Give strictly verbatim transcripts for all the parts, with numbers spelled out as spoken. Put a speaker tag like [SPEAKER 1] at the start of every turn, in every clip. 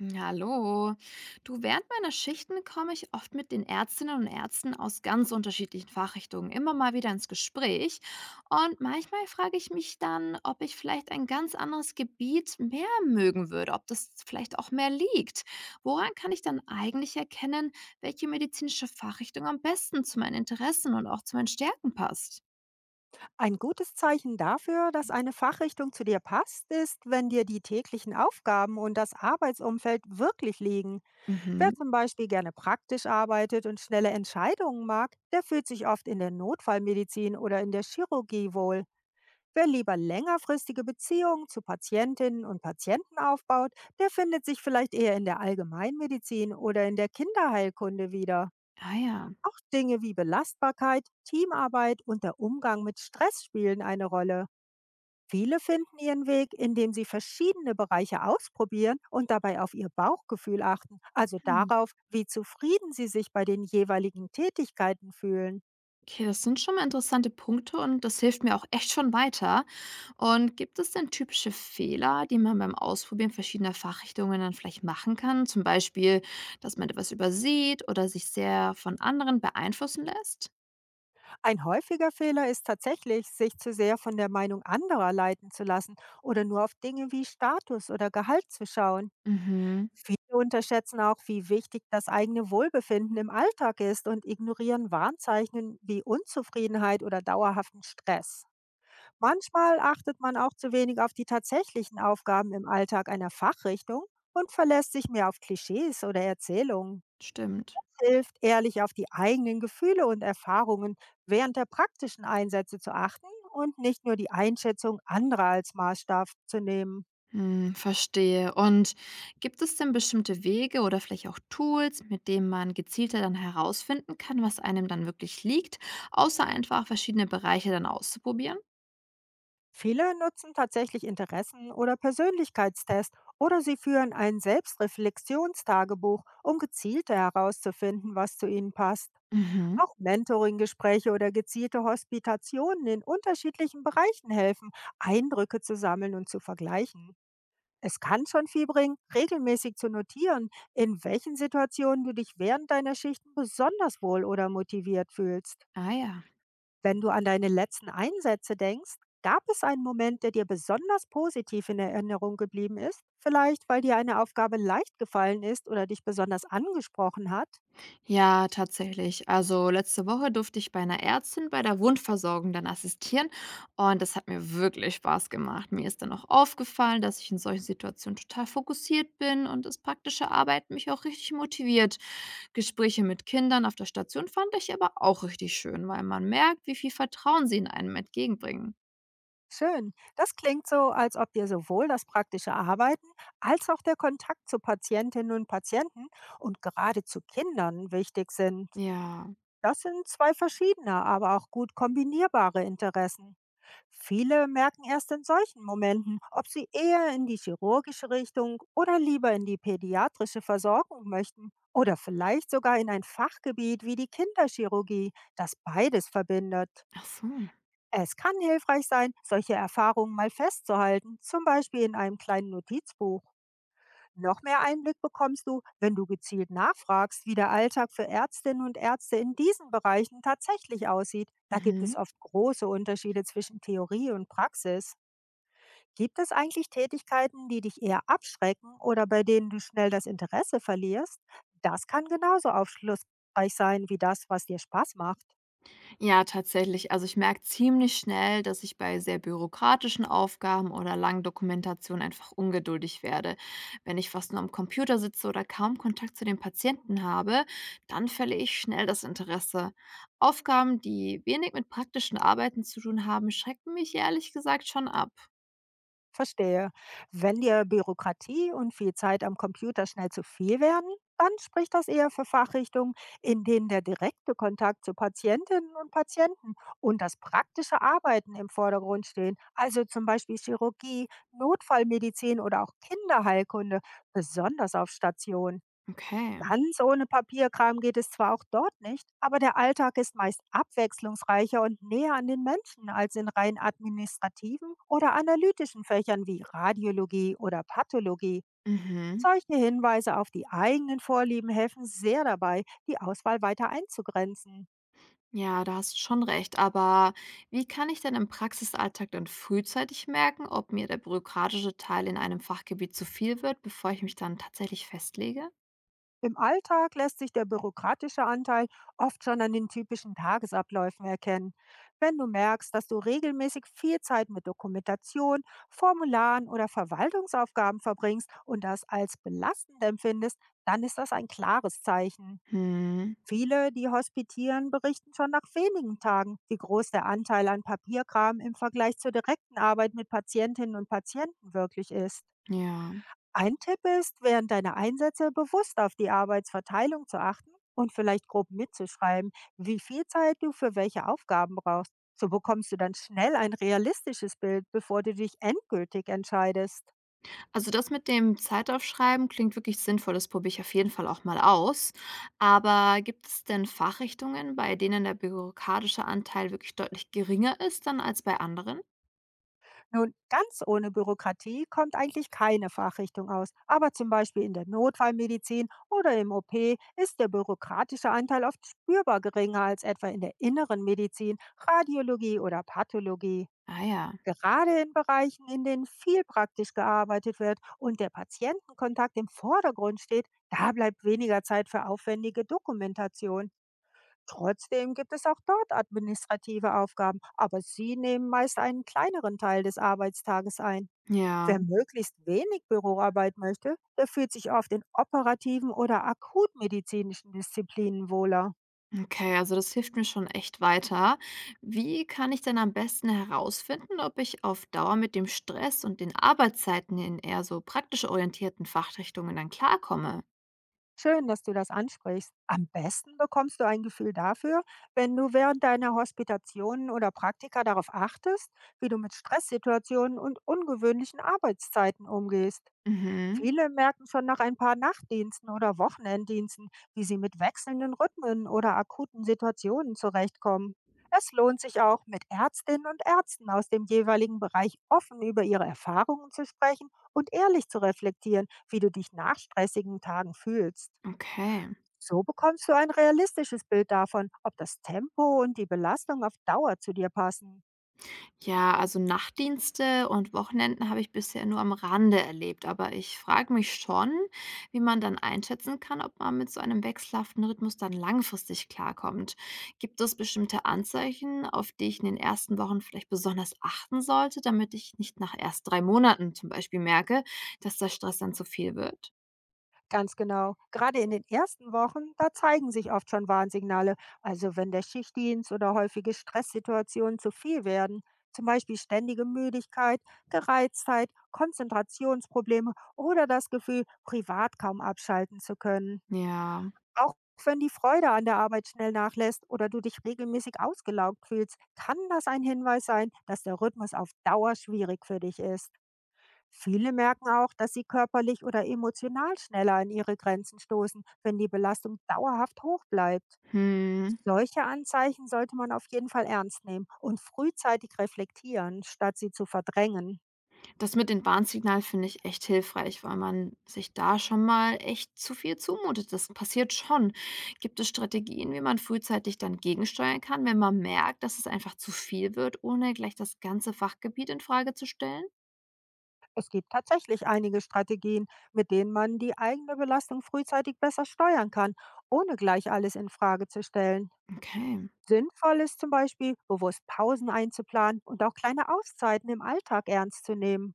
[SPEAKER 1] Ja, hallo. Du, während meiner Schichten komme ich oft mit den Ärztinnen und Ärzten aus ganz unterschiedlichen Fachrichtungen immer mal wieder ins Gespräch. Und manchmal frage ich mich dann, ob ich vielleicht ein ganz anderes Gebiet mehr mögen würde, ob das vielleicht auch mehr liegt. Woran kann ich dann eigentlich erkennen, welche medizinische Fachrichtung am besten zu meinen Interessen und auch zu meinen Stärken passt?
[SPEAKER 2] Ein gutes Zeichen dafür, dass eine Fachrichtung zu dir passt, ist, wenn dir die täglichen Aufgaben und das Arbeitsumfeld wirklich liegen. Wer
[SPEAKER 1] Mhm.
[SPEAKER 2] zum Beispiel gerne praktisch arbeitet und schnelle Entscheidungen mag, der fühlt sich oft in der Notfallmedizin oder in der Chirurgie wohl. Wer lieber längerfristige Beziehungen zu Patientinnen und Patienten aufbaut, der findet sich vielleicht eher in der Allgemeinmedizin oder in der Kinderheilkunde wieder.
[SPEAKER 1] Ah ja.
[SPEAKER 2] Auch Dinge wie Belastbarkeit, Teamarbeit und der Umgang mit Stress spielen eine Rolle. Viele finden ihren Weg, indem sie verschiedene Bereiche ausprobieren und dabei auf ihr Bauchgefühl achten, also
[SPEAKER 1] Hm.
[SPEAKER 2] darauf, wie zufrieden sie sich bei den jeweiligen Tätigkeiten fühlen.
[SPEAKER 1] Okay, das sind schon mal interessante Punkte und das hilft mir auch echt schon weiter. Und gibt es denn typische Fehler, die man beim Ausprobieren verschiedener Fachrichtungen dann vielleicht machen kann? Zum Beispiel, dass man etwas übersieht oder sich sehr von anderen beeinflussen lässt?
[SPEAKER 2] Ein häufiger Fehler ist tatsächlich, sich zu sehr von der Meinung anderer leiten zu lassen oder nur auf Dinge wie Status oder Gehalt zu schauen.
[SPEAKER 1] Mhm,
[SPEAKER 2] Viele unterschätzen auch, wie wichtig das eigene Wohlbefinden im Alltag ist und ignorieren Warnzeichen wie Unzufriedenheit oder dauerhaften Stress. Manchmal achtet man auch zu wenig auf die tatsächlichen Aufgaben im Alltag einer Fachrichtung und verlässt sich mehr auf Klischees oder Erzählungen.
[SPEAKER 1] stimmt.
[SPEAKER 2] Hilft, ehrlich auf die eigenen Gefühle und Erfahrungen während der praktischen Einsätze zu achten und nicht nur die Einschätzung anderer als Maßstab zu nehmen.
[SPEAKER 1] Hm, verstehe. Und gibt es denn bestimmte Wege oder vielleicht auch Tools, mit denen man gezielter dann herausfinden kann, was einem dann wirklich liegt, außer einfach verschiedene Bereiche dann auszuprobieren?
[SPEAKER 2] Viele nutzen tatsächlich Interessen- oder Persönlichkeitstests oder sie führen ein Selbstreflexionstagebuch, um gezielter herauszufinden, was zu ihnen passt.
[SPEAKER 1] Mhm.
[SPEAKER 2] Auch Mentoring-Gespräche oder gezielte Hospitationen in unterschiedlichen Bereichen helfen, Eindrücke zu sammeln und zu vergleichen. Es kann schon viel bringen, regelmäßig zu notieren, in welchen Situationen du dich während deiner Schichten besonders wohl oder motiviert fühlst.
[SPEAKER 1] Ah ja.
[SPEAKER 2] Wenn du an deine letzten Einsätze denkst, gab es einen Moment, der dir besonders positiv in Erinnerung geblieben ist? Vielleicht, weil dir eine Aufgabe leicht gefallen ist oder dich besonders angesprochen hat?
[SPEAKER 1] Ja, tatsächlich. Also letzte Woche durfte ich bei einer Ärztin bei der Wundversorgung dann assistieren und das hat mir wirklich Spaß gemacht. Mir ist dann auch aufgefallen, dass ich in solchen Situationen total fokussiert bin und das praktische Arbeiten mich auch richtig motiviert. Gespräche mit Kindern auf der Station fand ich aber auch richtig schön, weil man merkt, wie viel Vertrauen sie in einem entgegenbringen.
[SPEAKER 2] Schön. Das klingt so, als ob dir sowohl das praktische Arbeiten als auch der Kontakt zu Patientinnen und Patienten und gerade zu Kindern wichtig sind.
[SPEAKER 1] Ja,
[SPEAKER 2] Das sind zwei verschiedene, aber auch gut kombinierbare Interessen. Viele merken erst in solchen Momenten, ob sie eher in die chirurgische Richtung oder lieber in die pädiatrische Versorgung möchten oder vielleicht sogar in ein Fachgebiet wie die Kinderchirurgie, das beides verbindet.
[SPEAKER 1] ach so.
[SPEAKER 2] Es kann hilfreich sein, solche Erfahrungen mal festzuhalten, zum Beispiel in einem kleinen Notizbuch. Noch mehr Einblick bekommst du, wenn du gezielt nachfragst, wie der Alltag für Ärztinnen und Ärzte in diesen Bereichen tatsächlich aussieht. Da gibt
[SPEAKER 1] Mhm.
[SPEAKER 2] es oft große Unterschiede zwischen Theorie und Praxis. Gibt es eigentlich Tätigkeiten, die dich eher abschrecken oder bei denen du schnell das Interesse verlierst? Das kann genauso aufschlussreich sein wie das, was dir Spaß macht.
[SPEAKER 1] Ja, tatsächlich. Also ich merke ziemlich schnell, dass ich bei sehr bürokratischen Aufgaben oder langen Dokumentationen einfach ungeduldig werde. Wenn ich fast nur am Computer sitze oder kaum Kontakt zu den Patienten habe, dann verliere ich schnell das Interesse. Aufgaben, die wenig mit praktischen Arbeiten zu tun haben, schrecken mich ehrlich gesagt schon ab.
[SPEAKER 2] Verstehe. Wenn dir Bürokratie und viel Zeit am Computer schnell zu viel werden, dann spricht das eher für Fachrichtungen, in denen der direkte Kontakt zu Patientinnen und Patienten und das praktische Arbeiten im Vordergrund stehen, also zum Beispiel Chirurgie, Notfallmedizin oder auch Kinderheilkunde, besonders auf Stationen.
[SPEAKER 1] Okay.
[SPEAKER 2] Ganz ohne Papierkram geht es zwar auch dort nicht, aber der Alltag ist meist abwechslungsreicher und näher an den Menschen als in rein administrativen oder analytischen Fächern wie Radiologie oder Pathologie.
[SPEAKER 1] Mhm.
[SPEAKER 2] Solche Hinweise auf die eigenen Vorlieben helfen sehr dabei, die Auswahl weiter einzugrenzen.
[SPEAKER 1] Ja, da hast du schon recht. Aber wie kann ich denn im Praxisalltag dann frühzeitig merken, ob mir der bürokratische Teil in einem Fachgebiet zu viel wird, bevor ich mich dann tatsächlich festlege?
[SPEAKER 2] Im Alltag lässt sich der bürokratische Anteil oft schon an den typischen Tagesabläufen erkennen. Wenn du merkst, dass du regelmäßig viel Zeit mit Dokumentation, Formularen oder Verwaltungsaufgaben verbringst und das als belastend empfindest, dann ist das ein klares Zeichen.
[SPEAKER 1] Hm,
[SPEAKER 2] Viele, die hospitieren, berichten schon nach wenigen Tagen, wie groß der Anteil an Papierkram im Vergleich zur direkten Arbeit mit Patientinnen und Patienten wirklich ist.
[SPEAKER 1] ja.
[SPEAKER 2] Ein Tipp ist, während deiner Einsätze bewusst auf die Arbeitsverteilung zu achten und vielleicht grob mitzuschreiben, wie viel Zeit du für welche Aufgaben brauchst. So bekommst du dann schnell ein realistisches Bild, bevor du dich endgültig entscheidest.
[SPEAKER 1] Also das mit dem Zeitaufschreiben klingt wirklich sinnvoll. Das probiere ich auf jeden Fall auch mal aus. Aber gibt es denn Fachrichtungen, bei denen der bürokratische Anteil wirklich deutlich geringer ist dann als bei anderen?
[SPEAKER 2] Nun, ganz ohne Bürokratie kommt eigentlich keine Fachrichtung aus. Aber zum Beispiel in der Notfallmedizin oder im O P ist der bürokratische Anteil oft spürbar geringer als etwa in der inneren Medizin, Radiologie oder Pathologie.
[SPEAKER 1] Ah ja.
[SPEAKER 2] Gerade in Bereichen, in denen viel praktisch gearbeitet wird und der Patientenkontakt im Vordergrund steht, da bleibt weniger Zeit für aufwendige Dokumentation. Trotzdem gibt es auch dort administrative Aufgaben, aber sie nehmen meist einen kleineren Teil des Arbeitstages ein. Wer
[SPEAKER 1] Ja.
[SPEAKER 2] möglichst wenig Büroarbeit möchte, der fühlt sich oft in operativen oder akutmedizinischen Disziplinen wohler.
[SPEAKER 1] Okay, also das hilft mir schon echt weiter. Wie kann ich denn am besten herausfinden, ob ich auf Dauer mit dem Stress und den Arbeitszeiten in eher so praktisch orientierten Fachrichtungen dann klarkomme?
[SPEAKER 2] Schön, dass du das ansprichst. Am besten bekommst du ein Gefühl dafür, wenn du während deiner Hospitationen oder Praktika darauf achtest, wie du mit Stresssituationen und ungewöhnlichen Arbeitszeiten umgehst.
[SPEAKER 1] Mhm,
[SPEAKER 2] Viele merken schon nach ein paar Nachtdiensten oder Wochenenddiensten, wie sie mit wechselnden Rhythmen oder akuten Situationen zurechtkommen. Es lohnt sich auch, mit Ärztinnen und Ärzten aus dem jeweiligen Bereich offen über ihre Erfahrungen zu sprechen und ehrlich zu reflektieren, wie du dich nach stressigen Tagen fühlst.
[SPEAKER 1] okay.
[SPEAKER 2] So bekommst du ein realistisches Bild davon, ob das Tempo und die Belastung auf Dauer zu dir passen.
[SPEAKER 1] Ja, also Nachtdienste und Wochenenden habe ich bisher nur am Rande erlebt, aber ich frage mich schon, wie man dann einschätzen kann, ob man mit so einem wechselhaften Rhythmus dann langfristig klarkommt. Gibt es bestimmte Anzeichen, auf die ich in den ersten Wochen vielleicht besonders achten sollte, damit ich nicht nach erst drei Monaten zum Beispiel merke, dass der Stress dann zu viel wird?
[SPEAKER 2] Ganz genau. Gerade in den ersten Wochen, da zeigen sich oft schon Warnsignale. Also wenn der Schichtdienst oder häufige Stresssituationen zu viel werden, zum Beispiel ständige Müdigkeit, Gereiztheit, Konzentrationsprobleme oder das Gefühl, privat kaum abschalten zu können.
[SPEAKER 1] Ja.
[SPEAKER 2] Auch wenn die Freude an der Arbeit schnell nachlässt oder du dich regelmäßig ausgelaugt fühlst, kann das ein Hinweis sein, dass der Rhythmus auf Dauer schwierig für dich ist. Viele merken auch, dass sie körperlich oder emotional schneller an ihre Grenzen stoßen, wenn die Belastung dauerhaft hoch bleibt.
[SPEAKER 1] Hm.
[SPEAKER 2] Solche Anzeichen sollte man auf jeden Fall ernst nehmen und frühzeitig reflektieren, statt sie zu verdrängen.
[SPEAKER 1] Das mit den Warnsignalen finde ich echt hilfreich, weil man sich da schon mal echt zu viel zumutet. Das passiert schon. Gibt es Strategien, wie man frühzeitig dann gegensteuern kann, wenn man merkt, dass es einfach zu viel wird, ohne gleich das ganze Fachgebiet in Frage zu stellen?
[SPEAKER 2] Es gibt tatsächlich einige Strategien, mit denen man die eigene Belastung frühzeitig besser steuern kann, ohne gleich alles in Frage zu stellen.
[SPEAKER 1] Okay.
[SPEAKER 2] Sinnvoll ist zum Beispiel, bewusst Pausen einzuplanen und auch kleine Auszeiten im Alltag ernst zu nehmen.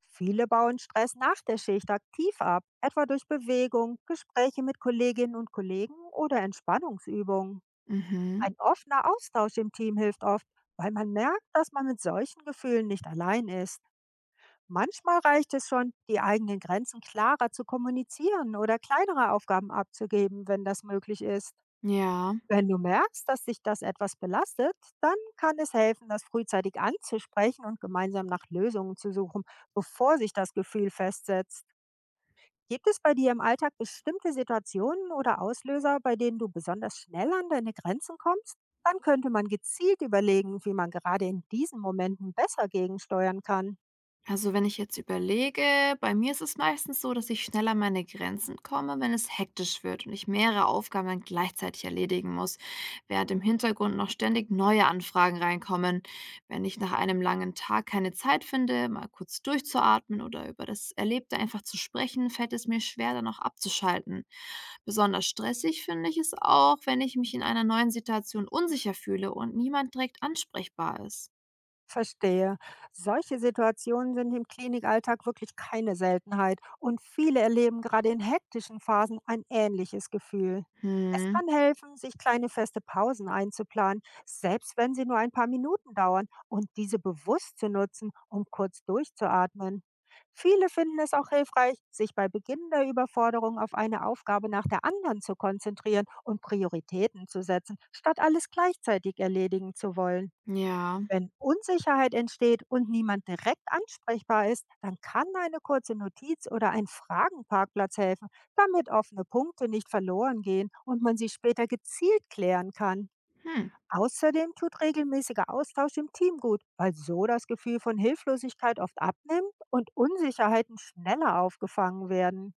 [SPEAKER 2] Viele bauen Stress nach der Schicht aktiv ab, etwa durch Bewegung, Gespräche mit Kolleginnen und Kollegen oder Entspannungsübungen.
[SPEAKER 1] Mhm.
[SPEAKER 2] Ein offener Austausch im Team hilft oft, weil man merkt, dass man mit solchen Gefühlen nicht allein ist. Manchmal reicht es schon, die eigenen Grenzen klarer zu kommunizieren oder kleinere Aufgaben abzugeben, wenn das möglich ist.
[SPEAKER 1] Ja.
[SPEAKER 2] Wenn du merkst, dass dich das etwas belastet, dann kann es helfen, das frühzeitig anzusprechen und gemeinsam nach Lösungen zu suchen, bevor sich das Gefühl festsetzt. Gibt es bei dir im Alltag bestimmte Situationen oder Auslöser, bei denen du besonders schnell an deine Grenzen kommst? Dann könnte man gezielt überlegen, wie man gerade in diesen Momenten besser gegensteuern kann.
[SPEAKER 1] Also, wenn ich jetzt überlege, bei mir ist es meistens so, dass ich schneller an meine Grenzen komme, wenn es hektisch wird und ich mehrere Aufgaben gleichzeitig erledigen muss, während im Hintergrund noch ständig neue Anfragen reinkommen. Wenn ich nach einem langen Tag keine Zeit finde, mal kurz durchzuatmen oder über das Erlebte einfach zu sprechen, fällt es mir schwer, dann auch abzuschalten. Besonders stressig finde ich es auch, wenn ich mich in einer neuen Situation unsicher fühle und niemand direkt ansprechbar ist.
[SPEAKER 2] Verstehe. Solche Situationen sind im Klinikalltag wirklich keine Seltenheit und viele erleben gerade in hektischen Phasen ein ähnliches Gefühl. Es
[SPEAKER 1] Hm,
[SPEAKER 2] kann helfen, sich kleine feste Pausen einzuplanen, selbst wenn sie nur ein paar Minuten dauern und diese bewusst zu nutzen, um kurz durchzuatmen. Viele finden es auch hilfreich, sich bei Beginn der Überforderung auf eine Aufgabe nach der anderen zu konzentrieren und Prioritäten zu setzen, statt alles gleichzeitig erledigen zu wollen.
[SPEAKER 1] ja.
[SPEAKER 2] Wenn Unsicherheit entsteht und niemand direkt ansprechbar ist, dann kann eine kurze Notiz oder ein Fragenparkplatz helfen, damit offene Punkte nicht verloren gehen und man sie später gezielt klären kann.
[SPEAKER 1] Hm.
[SPEAKER 2] Außerdem tut regelmäßiger Austausch im Team gut, weil so das Gefühl von Hilflosigkeit oft abnimmt und Unsicherheiten schneller aufgefangen werden.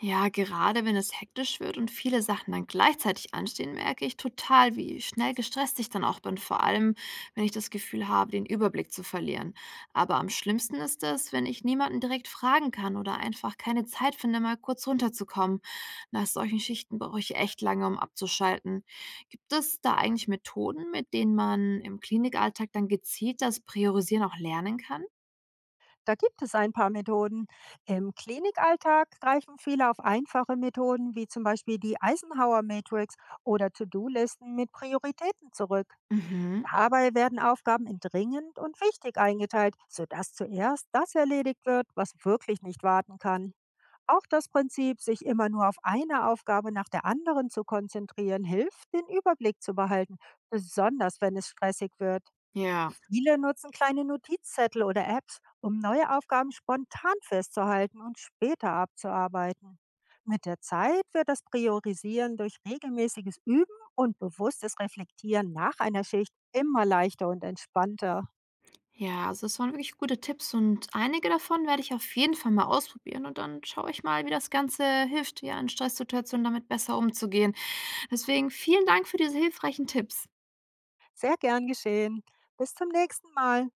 [SPEAKER 1] Ja, gerade wenn es hektisch wird und viele Sachen dann gleichzeitig anstehen, merke ich total, wie schnell gestresst ich dann auch bin, vor allem wenn ich das Gefühl habe, den Überblick zu verlieren. Aber am schlimmsten ist es, wenn ich niemanden direkt fragen kann oder einfach keine Zeit finde, mal kurz runterzukommen. Nach solchen Schichten brauche ich echt lange, um abzuschalten. Gibt es da eigentlich Methoden, mit denen man im Klinikalltag dann gezielt das Priorisieren auch lernen kann?
[SPEAKER 2] Da gibt es ein paar Methoden. Im Klinikalltag greifen viele auf einfache Methoden wie zum Beispiel die Eisenhower Matrix oder To-Do-Listen mit Prioritäten zurück.
[SPEAKER 1] Mhm.
[SPEAKER 2] Dabei werden Aufgaben in dringend und wichtig eingeteilt, sodass zuerst das erledigt wird, was wirklich nicht warten kann. Auch das Prinzip, sich immer nur auf eine Aufgabe nach der anderen zu konzentrieren, hilft, den Überblick zu behalten, besonders wenn es stressig wird.
[SPEAKER 1] Ja,
[SPEAKER 2] Viele nutzen kleine Notizzettel oder Apps, um neue Aufgaben spontan festzuhalten und später abzuarbeiten. Mit der Zeit wird das Priorisieren durch regelmäßiges Üben und bewusstes Reflektieren nach einer Schicht immer leichter und entspannter.
[SPEAKER 1] Ja, also das waren wirklich gute Tipps und einige davon werde ich auf jeden Fall mal ausprobieren und dann schaue ich mal, wie das Ganze hilft, ja, in Stresssituationen damit besser umzugehen. Deswegen vielen Dank für diese hilfreichen Tipps.
[SPEAKER 2] Sehr gern geschehen. Bis zum nächsten Mal.